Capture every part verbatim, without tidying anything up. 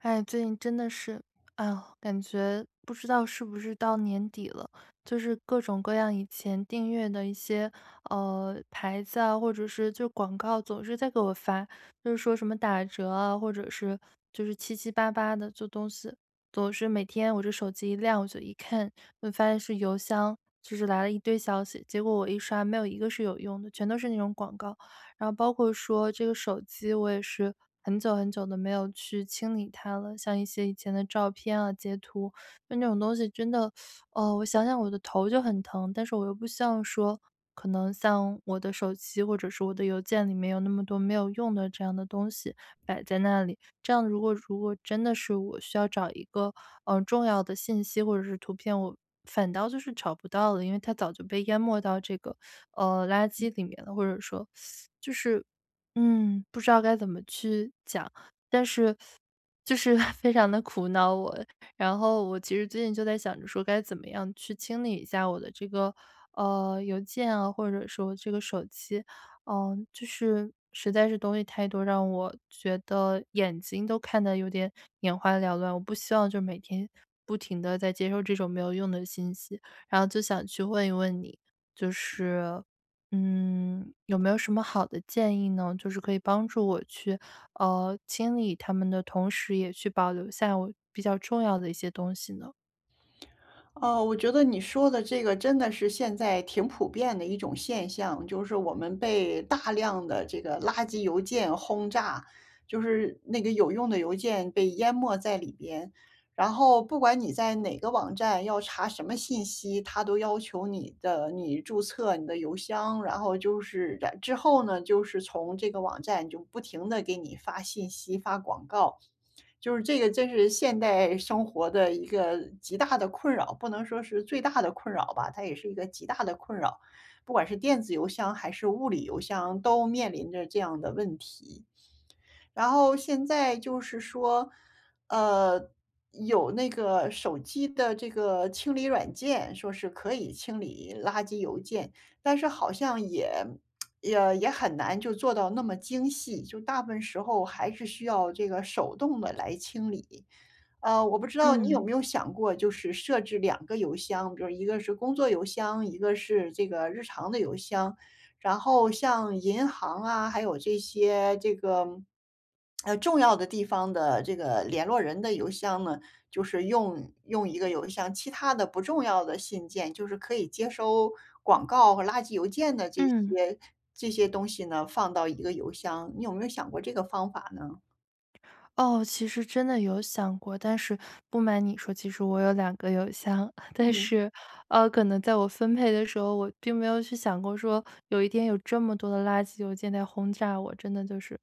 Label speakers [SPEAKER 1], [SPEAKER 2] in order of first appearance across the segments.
[SPEAKER 1] 哎，最近真的是，哎呦，感觉不知道是不是到年底了，就是各种各样以前订阅的一些呃牌子啊，或者是就广告，总是在给我发，就是说什么打折啊，或者是就是七七八八的做东西，总是每天我这手机一亮，我就一看，就发现是邮箱，就是来了一堆消息，结果我一刷，没有一个是有用的，全都是那种广告。然后包括说这个手机，我也是很久很久都没有去清理它了，像一些以前的照片啊、截图，就那种东西真的，呃，我想想我的头就很疼，但是我又不希望说可能像我的手机或者是我的邮件里面有那么多没有用的这样的东西摆在那里。这样如果如果真的是我需要找一个嗯，呃，重要的信息或者是图片，我反倒就是找不到了，因为它早就被淹没到这个，呃，垃圾里面了，或者说就是，嗯，不知道该怎么去讲，但是就是 非常的苦恼我。然后我其实最近就在想着说该怎么样去清理一下我的这个，呃，邮件啊，或者说这个手机。嗯，就是实在是东西太多，让我觉得眼睛都看得有点眼花缭乱。我不希望就每天不停的在接受这种没有用的信息，然后就想去问一问你，就是嗯，有没有什么好的建议呢？就是可以帮助我去，呃，清理他们的同时，也去保留下我比较重要的一些东西呢？
[SPEAKER 2] 哦，我觉得你说的这个真的是现在挺普遍的一种现象，就是我们被大量的这个垃圾邮件轰炸，就是那个有用的邮件被淹没在里边。然后不管你在哪个网站要查什么信息，它都要求你的你注册你的邮箱，然后就是然之后呢，就是从这个网站就不停地给你发信息、发广告。就是这个真是现代生活的一个极大的困扰，不能说是最大的困扰吧，它也是一个极大的困扰。不管是电子邮箱还是物理邮箱，都面临着这样的问题。然后现在就是说，呃，有那个手机的这个清理软件，说是可以清理垃圾邮件，但是好像也也也很难就做到那么精细，就大部分时候还是需要这个手动的来清理。呃，我不知道你有
[SPEAKER 1] 嗯
[SPEAKER 2] 没有想过，就是设置两个邮箱，比如一个是工作邮箱，一个是这个日常的邮箱，然后像银行啊，还有这些这个，呃，重要的地方的这个联络人的邮箱呢，就是用用一个邮箱，其他的不重要的信件，就是可以接收广告和垃圾邮件的这
[SPEAKER 1] 嗯。
[SPEAKER 2] 些这些东西呢，放到一个邮箱。你有没有想过这个方法呢？
[SPEAKER 1] 哦，其实真的有想过，但是不瞒你说，其实我有两个邮箱，但
[SPEAKER 2] 嗯，
[SPEAKER 1] 是，呃，可能在我分配的时候，我并没有去想过说有一天有这么多的垃圾邮件在轰炸我，真的就是，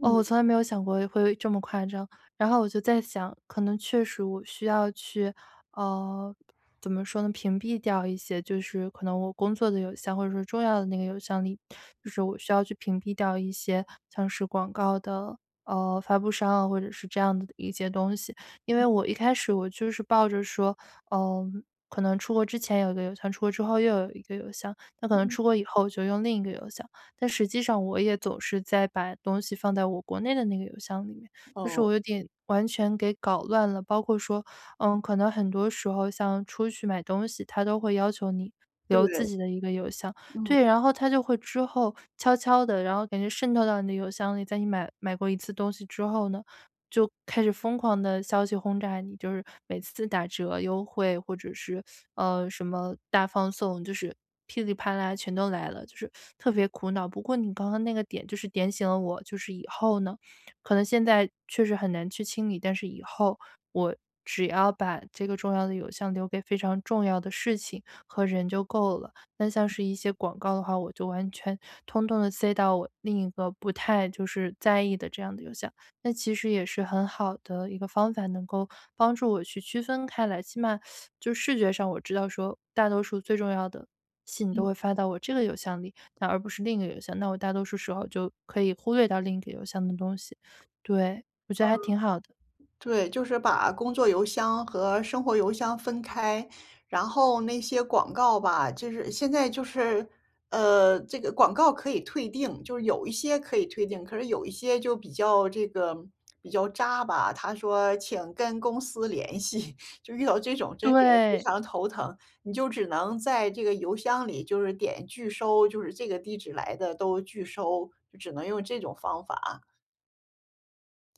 [SPEAKER 1] 哦，我从来没有想过会这么夸张。然后我就在想，可能确实我需要去呃，怎么说呢，屏蔽掉一些就是可能我工作的邮箱或者说重要的那个邮箱里，就是我需要去屏蔽掉一些像是广告的，呃，发布商啊，或者是这样的一些东西。因为我一开始我就是抱着说，嗯，可能出国之前有一个邮箱，出国之后又有一个邮箱，那可能
[SPEAKER 2] 嗯，
[SPEAKER 1] 出国以后我就用另一个邮箱。但实际上我也总是在把东西放在我国内的那个邮箱里面，就是
[SPEAKER 2] 哦，
[SPEAKER 1] 我有点完全给搞乱了，包括说嗯，可能很多时候像出去买东西，他都会要求你留自
[SPEAKER 2] 对，
[SPEAKER 1] 己的一个邮箱。
[SPEAKER 2] 嗯。
[SPEAKER 1] 对，然后他就会之后悄悄的，然后感觉渗透到你的邮箱里，在你买买过一次东西之后呢，就开始疯狂的消息轰炸你，就是每次打折、优惠或者是，呃，什么大放送，就是噼里啪啦全都来了，就是特别苦恼。不过你刚刚那个点就是点醒了我，就是以后呢，可能现在确实很难去清理，但是以后我只要把这个重要的邮箱留给非常重要的事情和人就够了。那像是一些广告的话，我就完全通通的塞到我另一个不太就是在意的这样的邮箱。那其实也是很好的一个方法，能够帮助我去区分开来，起码就视觉上我知道说大多数最重要的信都会发到我这个邮箱里，那而不是另一个邮箱，那我大多数时候就可以忽略到另一个邮箱的东西。对，我觉得还挺好的。
[SPEAKER 2] 对，就是把工作邮箱和生活邮箱分开，然后那些广告吧，就是现在就是，呃，这个广告可以退订，就是有一些可以退订，可是有一些就比较这个比较渣吧。他说请跟公司联系，就遇到这种真是非
[SPEAKER 1] 对，
[SPEAKER 2] 常头疼，你就只能在这个邮箱里就是点拒收，就是这个地址来的都拒收，就只能用这种方法。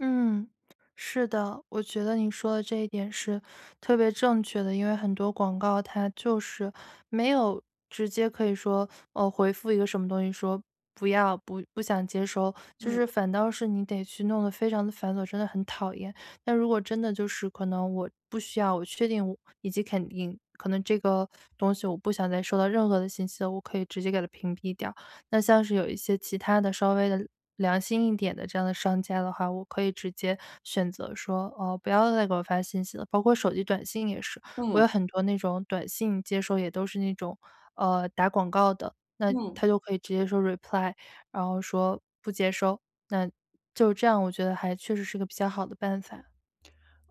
[SPEAKER 1] 嗯，是的，我觉得你说的这一点是特别正确的，因为很多广告它就是没有直接可以说，呃，回复一个什么东西说不要、不不想接收，就是
[SPEAKER 2] 嗯
[SPEAKER 1] 反倒是你得去弄得非常的繁琐，真的很讨厌。但如果真的就是可能我不需要，我确定我以及肯定，可能这个东西我不想再收到任何的信息了，我可以直接给它屏蔽掉。那像是有一些其他的稍微的良心一点的这样的商家的话，我可以直接选择说，哦，不要再给我发信息了，包括手机短信也是，我
[SPEAKER 2] 嗯
[SPEAKER 1] 有很多那种短信接收也都是那种，呃，打广告的，那
[SPEAKER 2] 嗯。
[SPEAKER 1] 他就可以直接说 reply，然后说不接收，那就这样，我觉得还确实是个比较好的办法。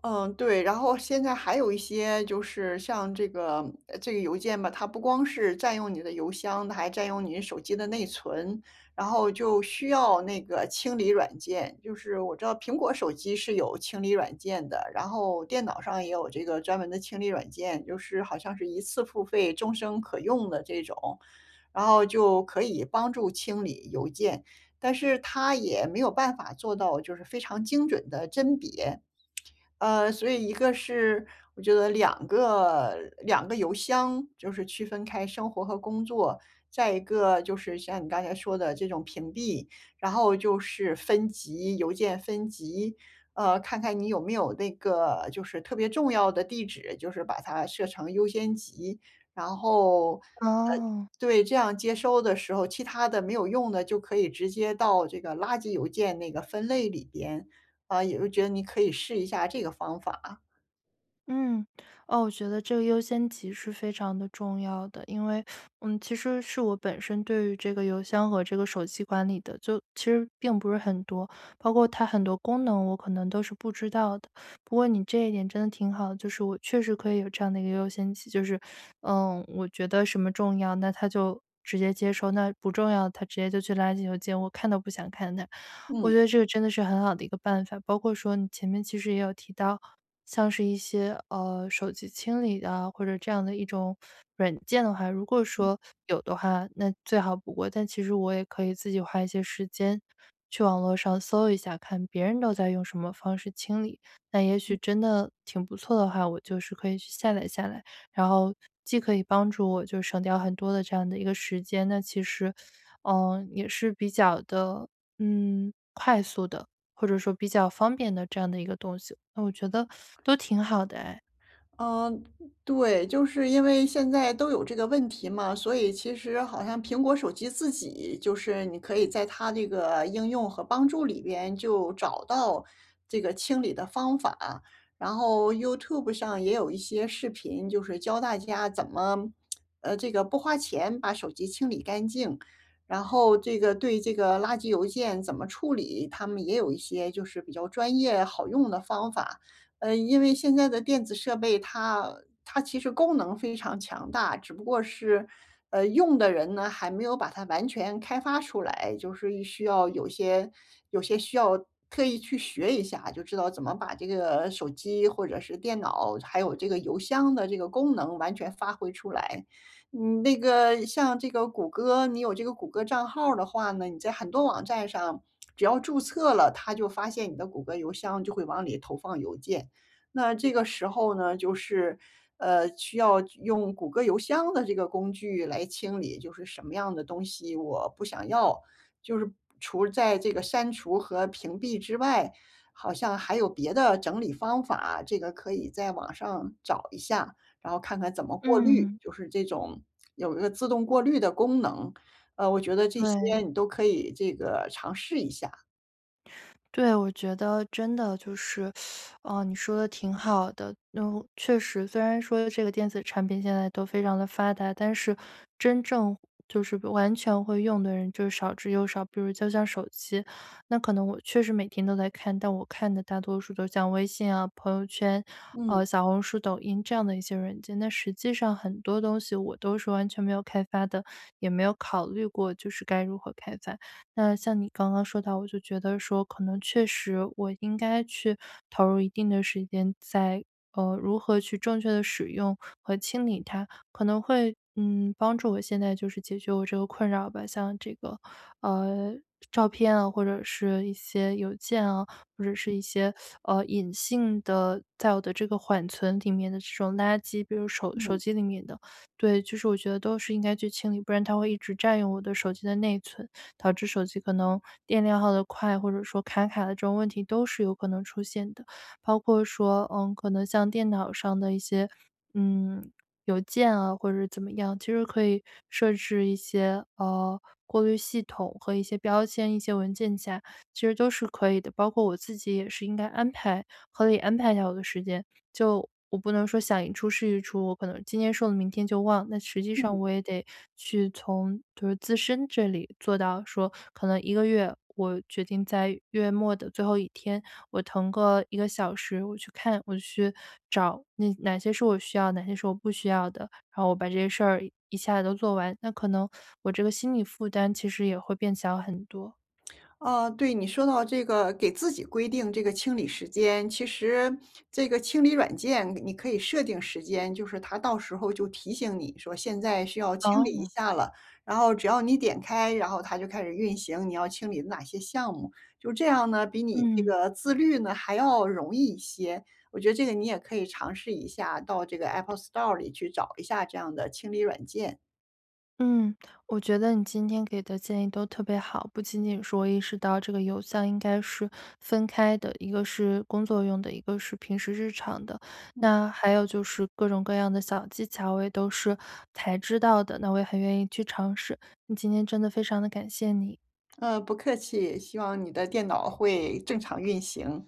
[SPEAKER 2] 嗯，对，然后现在还有一些就是像这个呃这个邮件吧，它不光是占用你的邮箱，它还占用你手机的内存，然后就需要那个清理软件。就是我知道苹果手机是有清理软件的，然后电脑上也有这个专门的清理软件，就是好像是一次付费，终生可用的这种，然后就可以帮助清理邮件，但是它也没有办法做到就是非常精准的甄别。呃，所以一个是我觉得两个两个邮箱，就是区分开生活和工作，再一个就是像你刚才说的这种屏蔽，然后就是分级，邮件分级，呃，看看你有没有那个就是特别重要的地址，就是把它设成优先级，然后呃，
[SPEAKER 1] 哦。
[SPEAKER 2] 对，这样接收的时候，其他的没有用的就可以直接到这个垃圾邮件那个分类里边。啊，也就觉得你可以试一下这个方法啊，
[SPEAKER 1] 嗯，哦，我觉得这个优先级是非常的重要的，因为，嗯，其实是我本身对于这个邮箱和这个手机管理的，就其实并不是很多，包括它很多功能我可能都是不知道的。不过你这一点真的挺好的，就是我确实可以有这样的一个优先级，就是，嗯，我觉得什么重要，那他就直接接收，那不重要，他直接就去垃圾邮件，我看都不想看它。我
[SPEAKER 2] 嗯。
[SPEAKER 1] 觉得这个真的是很好的一个办法，包括说你前面其实也有提到，像是一些呃手机清理啊，或者这样的一种软件的话，如果说有的话，那最好不过。但其实我也可以自己花一些时间去网络上搜一下，看别人都在用什么方式清理。那也许真的挺不错的话，我就是可以去下载下来，然后既可以帮助我就省掉很多的这样的一个时间，那其实嗯、呃也是比较的嗯，快速的，或者说比较方便的这样的一个东西，那我觉得都挺好的哎。
[SPEAKER 2] 嗯，对，就是因为现在都有这个问题嘛，所以其实好像苹果手机自己就是你可以在它这个应用和帮助里边就找到这个清理的方法，然后 YouTube 上也有一些视频，就是教大家怎么，呃，这个不花钱把手机清理干净，然后这个对这个垃圾邮件怎么处理，他们也有一些就是比较专业好用的方法。呃，因为现在的电子设备它它其实功能非常强大，只不过是，呃，用的人呢，还没有把它完全开发出来，就是需要有些有些需要特意去学一下，就知道怎么把这个手机或者是电脑，还有这个邮箱的这个功能完全发挥出来。嗯，那个像这个谷歌，你有这个谷歌账号儿的话呢，你在很多网站上只要注册了，它就发现你的谷歌邮箱，就会往里投放邮件。那这个时候呢，就是，呃，需要用谷歌邮箱的这个工具来清理，就是什么样的东西我不想要，就是除在这个删除和屏蔽之外，好像还有别的整理方法，这个可以在网上找一下，然后看看怎么过滤，
[SPEAKER 1] 嗯，
[SPEAKER 2] 就是这种有一个自动过滤的功能，呃，我觉得这些
[SPEAKER 1] 对。
[SPEAKER 2] 你都可以这个尝试一下。
[SPEAKER 1] 对，我觉得真的就是，哦，你说的挺好的。嗯，确实，虽然说这个电子产品现在都非常的发达，但是真正就是完全会用的人就是少之又少。比如就像手机，那可能我确实每天都在看，但我看的大多数都像微信啊、朋友圈、
[SPEAKER 2] 嗯
[SPEAKER 1] 呃、小红书、抖音这样的一些软件。那实际上很多东西我都是完全没有开发的，也没有考虑过就是该如何开发。那像你刚刚说到，我就觉得说，可能确实我应该去投入一定的时间在呃如何去正确的使用和清理它，可能会嗯帮助我现在就是解决我这个困扰吧。像这个呃照片啊，或者是一些邮件啊，或者是一些呃隐性的在我的这个缓存里面的这种垃圾，比如手手
[SPEAKER 2] 嗯。
[SPEAKER 1] 机里面的，对，就是我觉得都是应该去清理，不然它会一直占用我的手机的内存。导致手机可能电量耗得快，或者说卡卡的这种问题都是有可能出现的。包括说，嗯，可能像电脑上的一些，嗯，邮件啊，或者是怎么样，其实可以设置一些呃过滤系统和一些标签、一些文件夹，其实都是可以的。包括我自己也是应该安排合理安排一下我的时间。就我不能说想一出是一出，我可能今天说了明天就忘，那实际
[SPEAKER 2] 嗯。
[SPEAKER 1] 上我也得去从就是自身这里做到说，可能一个月我决定在月末的最后一天，我腾个一个小时，我去看，我去找那哪些是我需要，哪些是我不需要的，然后我把这些事儿一下子都做完，那可能我这个心理负担其实也会变小很多。
[SPEAKER 2] 哦，对，你说到这个给自己规定这个清理时间，其实这个清理软件你可以设定时间，就是它到时候就提醒你说现在需要清理一
[SPEAKER 1] 哦，
[SPEAKER 2] 下了，然后只要你点开，然后它就开始运行你要清理的哪些项目，就这样呢，比你这
[SPEAKER 1] 嗯。
[SPEAKER 2] 个自律呢还要容易一些。我觉得这个你也可以尝试一下，到这个 Apple Store 里去找一下这样的清理软件。
[SPEAKER 1] 嗯，我觉得你今天给的建议都特别好，不仅仅是我意识到这个邮箱应该是分开的，一个是工作用的，一个是平时日常的，那还有就是各种各样的小技巧，我也都是才知道的，那我也很愿意去尝试。你今天真的非常的感谢你。
[SPEAKER 2] 嗯，不客气，希望你的电脑会正常运行。